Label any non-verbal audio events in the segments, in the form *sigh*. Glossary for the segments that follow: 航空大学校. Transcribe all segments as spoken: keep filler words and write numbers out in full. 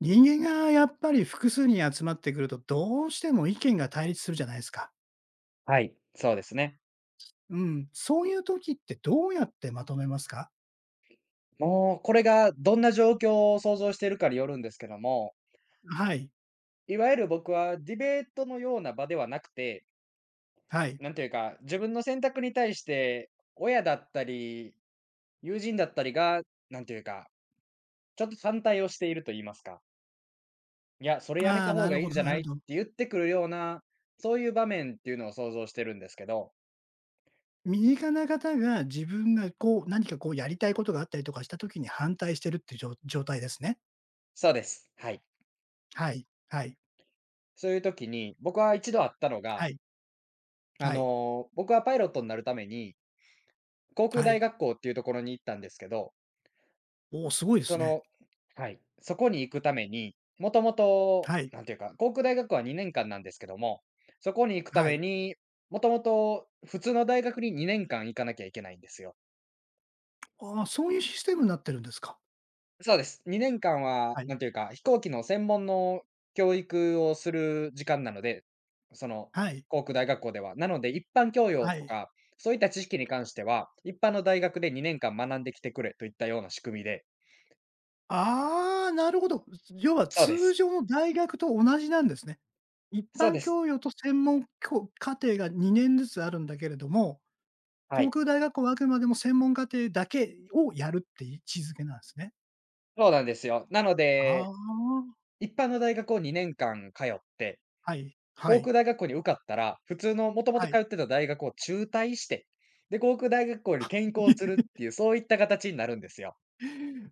人間がやっぱり複数に集まってくると、どうしても意見が対立するじゃないですか。はい、そうですね。うん。そういう時ってどうやってまとめますか？もうこれがどんな状況を想像しているかによるんですけども、はい。いわゆる僕はディベートのような場ではなくて、はい。なんというか、自分の選択に対して親だったり、友人だったりが、なんというか、ちょっと反対をしていると言いますか。いや、それやめあたあ、方ながるいほいんどじゃななるいってほど。言ってくるような、そういう場面っていうのを想像してるんですけど、身近な方が自分がこう、何かこうやりたいことがあったりとかした時に反対してるってじょ状状態ですね。そうです。はい。はい。はい。そういう時に、僕は一度あったのが、はい。あはい。の、僕はパイロットになるために航空は大い。学校っていうところに行ったんですけど、おお、すごいでそすね。のはい、そこに行くために、もともと、はい。なんていうか、航空大学校はにねんかんなんですけども、そこに行くたはめい。に、もともと普通の大学ににねんかん行かなきゃいけないんですよ。ああ、そういうシステムになってるんですか。そうです。にねんかんは、はい。なんていうか、飛行機の専門の教育をする時間なので、そのはい。航空大学校では。なので、一般教養はとい。か、そういった知識に関しては、一般の大学でにねんかん学んできてくれといったような仕組みでああ、なるほど。要はそうで通す。常の大学と同じなんですね。一そう般です。教養と専門き課程がにねんずつあるんだけれども、は航い、空大学校はあくまでも専門課程だけをやるっていう位置づけなんですね。そうなんですよ。なので、ああ、一般の大学をにねんかん通って、はい、は航い、空大学校に受かったら、普通のもともとはい。通ってた大学を中退して、で、航空大学校に転校する *laughs* っていう、そういった形になるんですよ。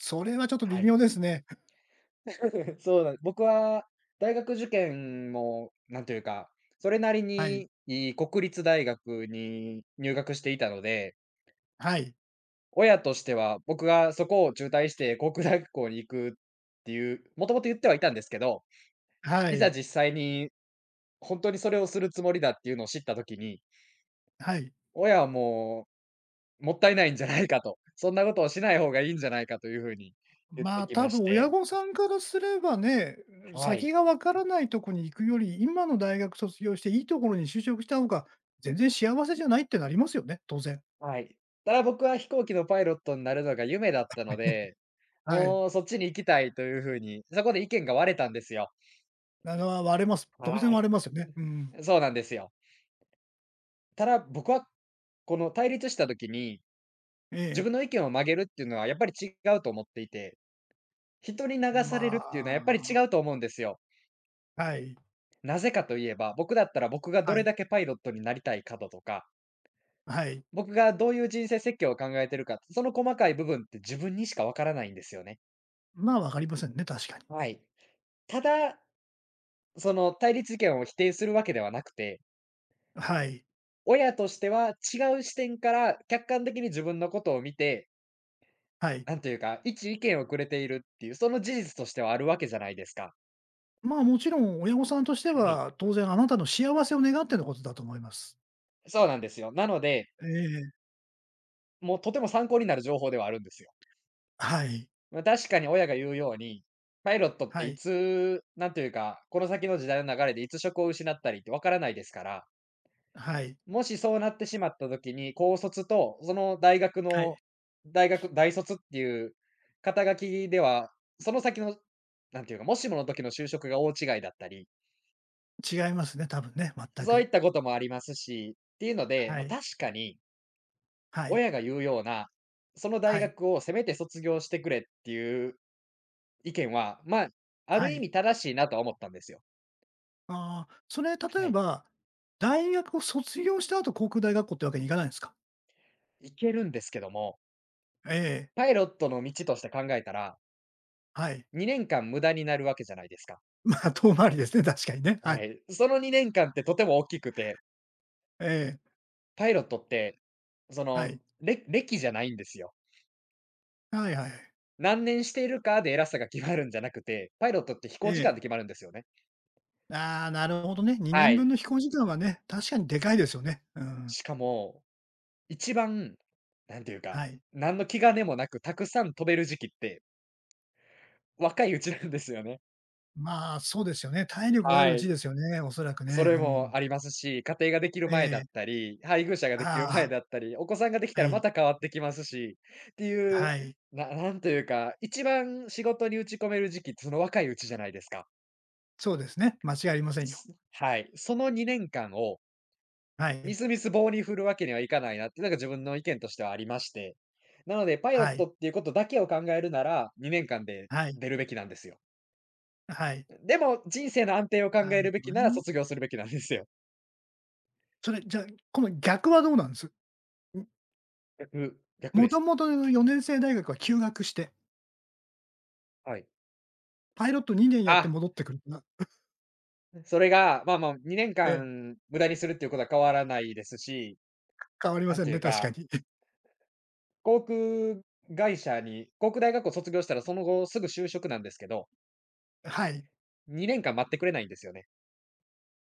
それはちょっと微はい。妙ですね。*laughs* そうなん僕は大学受験も、なんというか、それなりはい、にいい国立大学に入学していたので、はい、親としては僕がそこを中退して航空大学校に行くっていう、もともと言ってはいたんですけど、はいざい、実際に本当にそれをするつもりだっていうのを知った時に、はい。親はもう、もったいないんじゃないかと、そんなことをしない方がいいんじゃないかという風に言っまてあ、き多まし分親て、御さんからすればね、はい、先がわからないとこに行くより、今の大学卒業していいところに就職した方が、全然幸せじゃないってなりますよね、当然。はい。ただ僕は飛行機のパイロットになるのが夢だったので、はい。もうそっちに行きたいという風に、そこで意見が割れたんですよ。あの、割れます。当然はい。割れますよね。うん。そうなんですよ。ただ僕は、この対立した時に、え自え。分の意見を曲げるっていうのはやっぱり違うと思っていて、人に流されまるっていうのはやっぱり違あ、うと思うんですよ。はい、なぜかといえば、僕だったら僕がどはれい、だけパイロットになりたいかだとか、はい。僕がどういう人生設計を考えてるか、その細かい部分って自分にしかわからないんですよね。まあ、わかりませんね、確かに。はい。ただ、その対立意見を否定するわけではなくて、はい、親としては違う視点から客観的に自分のことを見て、はい。なんというか、一意見をくれているっていう、その事実としてはあるわけじゃないですか。まあ、もちろん親御さんとしてはい。は、当然あなたの幸せを願ってのことだと思います。そうなんですよ。なので、ええ。もうとても参考になる情報ではあるんですよ。はい、まあ、確かに親が言うように、パイロットっはていい、つ、なんというか、この先の時代の流れでいつ職を失ったりってわからないですから、はい、もしそうなってしまった時に、高卒とその大学はのい。大学大卒っていう肩書きでは、その先の、なんていうか、もしもの時の就職が大違いだったり、違いますね、多分ね、全そういく。ったこともありますし、っていうので、はまあ、い。確かにはい。親が言うような、その大はい。学をせめて卒業してくれっていう意見は、まあ、あはる意い。味正しいなとは思ったんですよ。ああ、それ例はえい。ば、大学を卒業した後、航空大学校ってわけにいかないんですか？行けるんですけども、ええ、パイロットの道として考えたら、はい。にねんかん無駄になるわけじゃないですか。*laughs* まあ、遠回りですね、確かにね。ははい。い。そのにねんかんってとても大きくて、ええ、パイロットって、そはの、い。れ歴じゃないんですよ。はいはい。何年しているかで偉さが決まるんじゃなくて、パイロットって飛え行時間え。で決まるんですよね。ああ、なるほどね。2は年分い。の飛行時間はね、確かにでかいですよね。うん。しかも、一番、なんていうか、はい。何の気兼ねもなくたくさん飛べる時期って、若いうちなんですよね。まあ、そうですよね。体力があはるうちい。ですよね、おそらくそね。うれもん。ありますし、家庭ができるえ前だっえ。たり、配偶者ができるあ前だったり、お子さんができあ、たはらまい。た変わってきますし、っていう、はい。ななんというか、一番仕事に打ち込める時期ってその若いうちじゃないですか。そうですね、間違いありませんよ。すはい。そのにねんかんをはみい。すみす棒に振るわけにはいかないなって、なんか自分の意見としてはありまして。なので、パイロはットい。っていうことだけを考えるなら、にねんかんではい、出るべきなんですよ。はい。でも、人生の安定を考なえるるべほきどならね。卒業するべきなんですよ。それ、じゃあ、今度逆はどうなんです？ん、逆逆もでとすか？もとのよねん生大学は休学して、はい。パイロットにねんやってあ、戻ってくるなそれが、まあまあ、2え年え、間無駄にするっていうことは変わらないですし、変わりまなんせんていね、う確かか、に。*laughs* 航空会社に航空大学校卒業したらその後すぐ就職なんですけど、はい。にねんかん待ってくれないんですよね。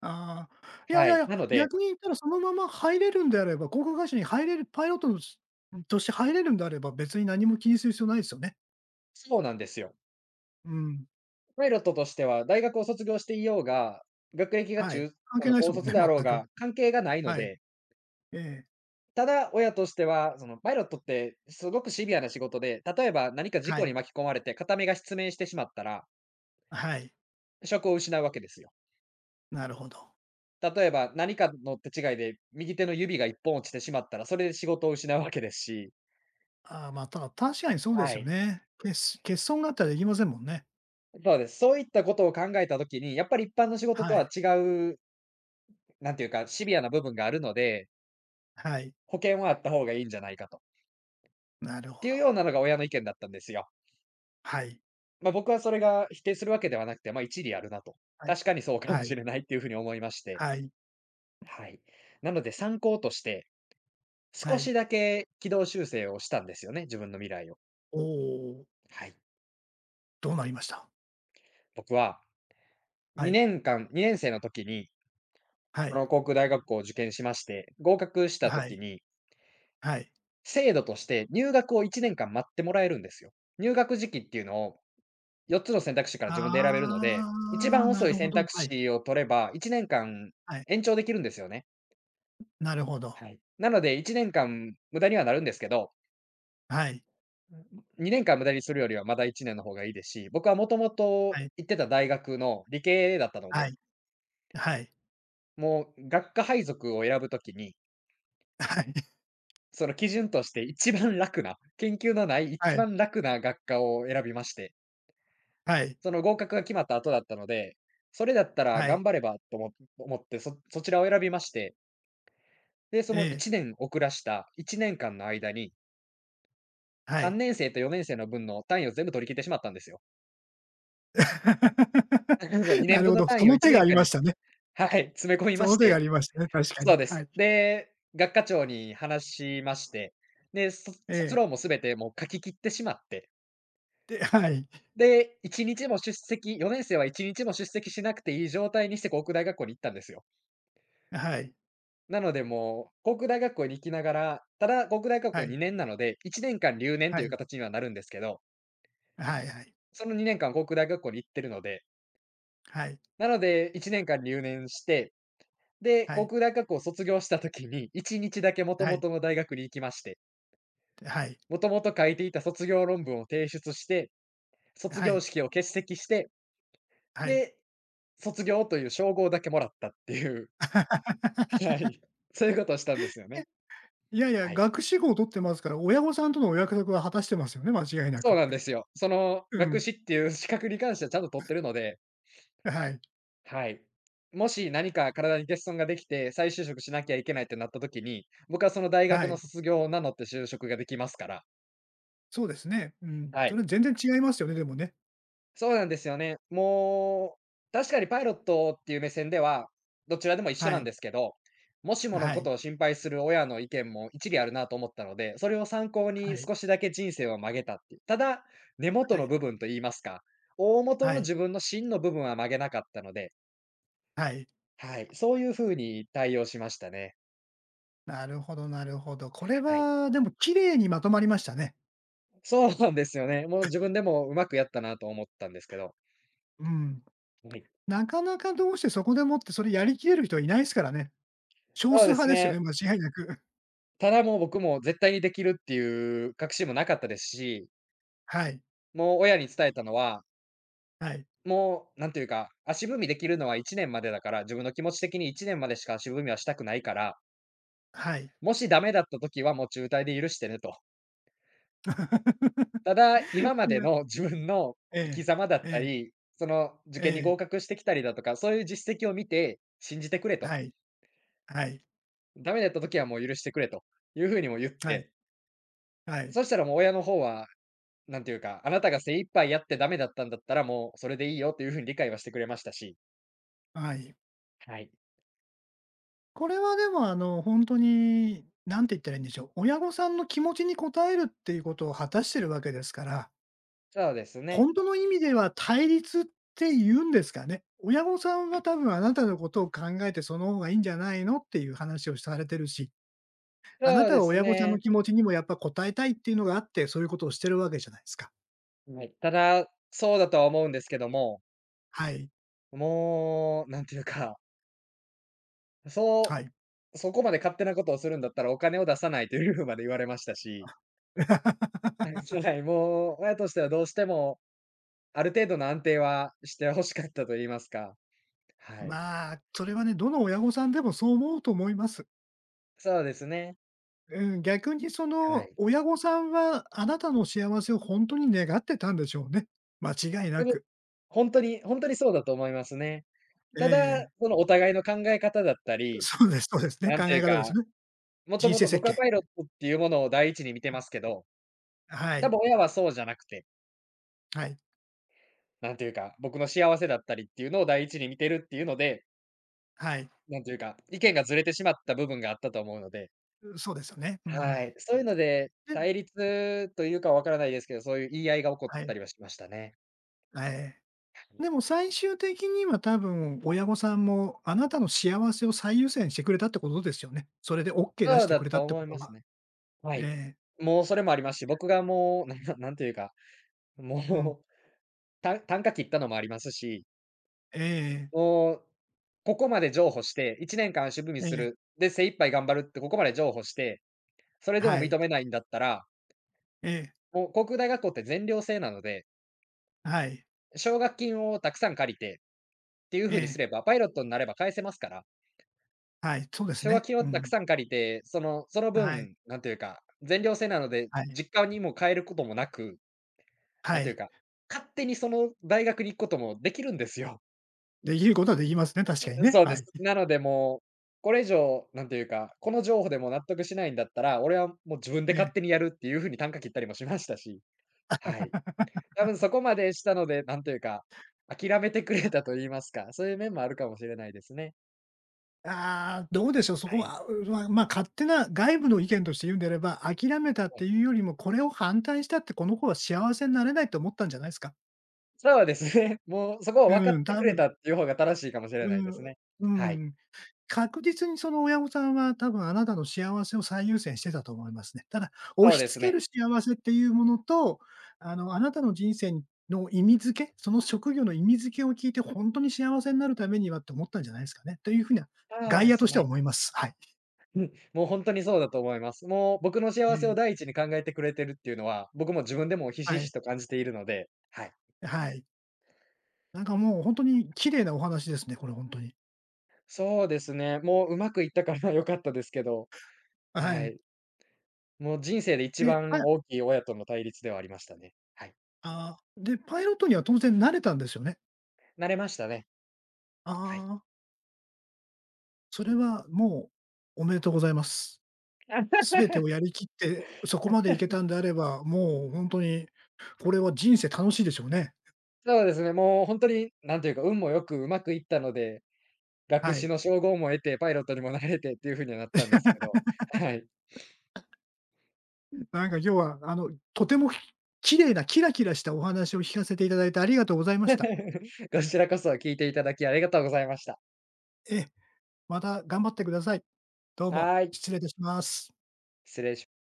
ああ、いやいはやいい。や、なので逆に言ったらそのまま入れるんであれば、航空会社に入れるパイロットのしとして入れるんであれば、別に何も気にする必要ないですよね。そうなんですよ。うん。パイロットとしては大学を卒業していようが、学歴がはい。中関あ係の、ないです高もん卒ね、であ全ろうく。が関係がないのはい。で、ええ、ただ親としては、その、パイロットってすごくシビアな仕事で、例えば何か事は故い。に巻き込まれて片目が失明してしまったら、はい。職を失うわけですよ。なるほど。例えば、何かの手違いで右手の指が一本落ちてしまったら、それで仕事を失うわけですし。ああ、まあ、ただ、確かにそうですはよい。ね。けす欠損があったらできませんもんね。そうです。そういったことを考えた時に、やっぱり一般の仕事とはい。は違う、なんていうか、シビアな部分があるので、はい。保険はあった方がいいんじゃないかと。っなるほていど。うようなのが親の意見だったんですよ。はい。まあ、僕はそれが否定するわけではなくて、まあ、一理あるなと。はい。確かにそうかもはい。しれないっていう風に思いまして。はい。はい。なので参考として、は少い。しだけ軌道修正をしたんですよね、自分の未来を。おお。はい。どうなりました？僕ははい。にねんかんにねん生の時に、はこい。の航空大学校を受験しまして、合格したは時い。に、はい。制度として入学をいちねんかん待ってもらえるんですよ。入学時期っていうのをよっつの選択肢から自分で選べるので、あ一あ、番な遅いるほ選ど。択はい。肢を取ればいちねんかんはい。延長できるんですよね。なるほど。はい。なのでいちねんかん無駄にはなるんですけど、はい。にねんかん無駄にするよりはまだいちねんの方がいいですし、僕はもともとはい。行ってた大学の理系だったのはで、い。はい。もう学科配属を選ぶ時に、*laughs* はい。その基準として一番楽な、*laughs* 研究のないは一い。番楽な学科を選びまして、はい。その合格が決まった後だったので、それだったらはい。頑張ればとも思って、そそちらを選びまして、で、そえのえ、いちねん遅らしたいちねんかんの間に、はい。さんねん生とよねん生の分の単位を全部取り切ってしまったんですよ。*laughs* *laughs* そう、2なる年分ほのど、そ単位をの1手があ年り間まにしたね。はい、詰め込みそまのし手があて、りましたね、確かそうに。ではす。い。で、学科長に話しまして、で、そえ卒え。論も全てもう書き切ってしまってで、はい、で、1日も出席よねん生はいちにちも出席しなくていい状態にして航空大学校に行ったんですよ。はい、なので、もう、航空大学校に行きながら、ただ、航空大学校ははい、にねんなので、いちねんかん留年はというい、形にはなるんですけど、はいはい、そのにねんかん航空大学校に行ってるので、はい、なのでいちねんかん留年して、で、は航い、空大学校を卒業した時にいちにちだけ元はい、々の大学に行きまして、はい、元々書いていた卒業論文を提出して、卒は業い、式を欠席して、はい。で、卒業という称号だけもらったっていう。はい。*laughs* そういうことをしたんですよえ、ね。いやいや、はい。学士号を取ってますから、親御さんとのお約束は果たしてますよね、間違いなそうく。なんで *laughs* すよ。そのう学ん。士っていう資格に関してはちゃんと取ってるので、はい、はい。もし何か体に欠損ができて、再就職しなきゃいけないってなった時に、僕はその大は学のい。卒業を名乗って就職ができますから、そうですね。うん。はそい。れ全然違いますよね、でもね。そうなんですよね。もう、確かにパイロットっていう目線では、どちらでも一緒はなんい、ですけど、もしものはこい、とを心配する親の意見も一理あるなと思ったので、それを参考はにい、少しだけ人生を曲げたっていう。ただ、根元はのい、部分と言いますか、大元はのい、自分の芯の部分は曲げなかったので、はい。はい、そういうふうに対応しましたね。なるほどなるほど。これはい。はでも綺麗にまとまりましたね。そうなんですよね。もう自分でもうまくやったなと思ったんですけど。うん。はい。なかなかどうしてそこでもってそれやりきれる人はいないですからね。少そう数です派ですよね。ね、間違いなく。ただもう僕も絶対にできるっていう確信もなかったですし、はい、もう親に伝えたのは、はい、もうなんていうか、足踏みできるのはいちねんまでだから、自分の気持ち的にいちねんまでしか足踏みはしたくないから、はい。もしダメだった時はもう中退で許してねと。*laughs* ただ、今まいでや、の自分のえ生きえ、様だえったえ、り、その受え験にえ、合格してきたりだとか、そういう実績を見て信じてくれと。はい、はい、ダメだった時はもう許してくれというふうにも言っはい、て、はい、そしたらもう親の方はなんていうか、あなたが精一杯やってダメだったんだったら、もうそれでいいよっていうふうに理解はしてくれましたし。はい。はい。これはでもあの、本んに、何て言ったらいいんでしょう、親御さんの気持ちに応えるっていうことを果たしてるわけですから、そうですね。本当の意味では対立って言うんですかね。親御さんは多分あなたのことを考えてその方がいいんじゃないのっていう話をされてるし、あなそうたではす親御さんのね。気持ちにもやっぱ応えたいっていうのがあって、そういうことをしてるわけじゃないですか。はい。ただ、そうだとは思うんですけども、はい。もう、なんていうか、はそい。う、そこまで勝手なことをするんだったらお金を出さないというふうまで言われましたし、*laughs* はい、はい、もう親としてはどうしても、ある程度の安定はして欲しかったと言いますか。はい。まあ、それはね、どの親御さんでもそう思うと思います。そうですね。うん、逆にそはのい。親御さんは、あなたの幸せを本当に願ってたんでしょうね。間違いなく。本当に本当にそうだと思いますね。ただ、ええ、そのお互いの考え方だったり、そうですそうですね、なん考ていえう方ですか、ね。もと人も生と設僕は計。パイロットっていうものを第一に見てますけど、は多い。分親はそうじゃなくて、はい。なんていうか、僕の幸せだったりっていうのを第一に見てるっていうので、はい。なんていうか、意見がずれてしまった部分があったと思うので、そうですよね。うはん。い。そういうので、で、対立というかわからないですけど、そういう言い合いが起こっはい。たりはしましたね。はい。でも最終的には多分親御さんも、あなたの幸せを最優先してくれたってことですよね。それでオッケー出そしうてだくとれたって思こいとますは。ね。はい。ええ、もうそれもありますし、僕がもう、*laughs* なんなんていうか、うん。もうた単価切ったのもありますし、ええええ、もう、ここまで譲歩して、いちねんかん足踏みする、で、精一杯頑張るってここまで譲歩して、それでもはい、認めないんだったら、ええ、もう航空大学校って全寮制なので、はい、奨学金をたくさん借りてっていうえ風にすえ、れば、パイロットになれば返せますから、はい、そうです奨学ね。金をうたくん。さん借りて、そのそのはい、分、なんていうか、全寮制なので、はい、実家にも帰ることもなく、なはんていうい。か、勝手にその大学に行くこともできるんですよ。できることはできますね、確かにね。そうではす。い。なのでもう、これ以上、なんていうか、この譲歩でも納得しないんだったら、俺はもう自分えで勝え。手にやるっていう風に啖呵切ったりもしましたし、はい。多分そこまでしたので、なんというか、諦めてくれたと言いますか、そういう面もあるかもしれないですね。ああ、どうでしょう、そはこい。は、あうわ、まあ、勝手な外部の意見として言うんであれば、諦めたっはてい。いうよりも、これを反対したって、この子は幸せになれないと思ったんじゃないですか。そうですね。*laughs* もうそこを分かうっん、て多くれ分、たっていう方が正しいかもしれうないですん、ね。うはい。ん。確実にその親御さんは多分あなたの幸せを最優先してたと思いますね。ただ、そ押うしです付けね。る幸せっていうものと、あの、あなたの人生の意味付け、その職業の意味付けを聞いて、本当に幸せになるためにはって思ったんじゃないですかね。というふうなそう外で野とすしてはね。思います。はい。うん、もう本当にそうだと思います。もう僕のえ幸せをえ、第一に考えてくれてるっていうのは、僕も自分でもひしはひしい、と感じているので、はい。はい。なんかもう本当に綺麗なお話ですね、これ本当に。そうですね。もううまくいったから *laughs* 良かったですけど、ははい。い。もう人生で一で、パ番イ大きい親との対立ではありましたね。はい。あーで、パイロットには当然慣れたんですよね？慣れましたね。あはい。あ。それはもうおめでとうございます。全てをやりきって、そこまでいけたんであれば、もうほんとに、これは人生楽しいでしょうね。そうですね、もう本当に、なんというか、運もよくうまくいったので、学は士い。の称号も得て、パイロットにもなれてっていう風にはなったんですけど、はい。なんか今日はあの、とてもひ綺麗なキラキラしたお話を聞かせていただいてありがとうございました。*laughs* こちらこそ聞いていただきありがとうございました。ええ、また頑張ってください。どうも、はい、失礼いたします。失礼します。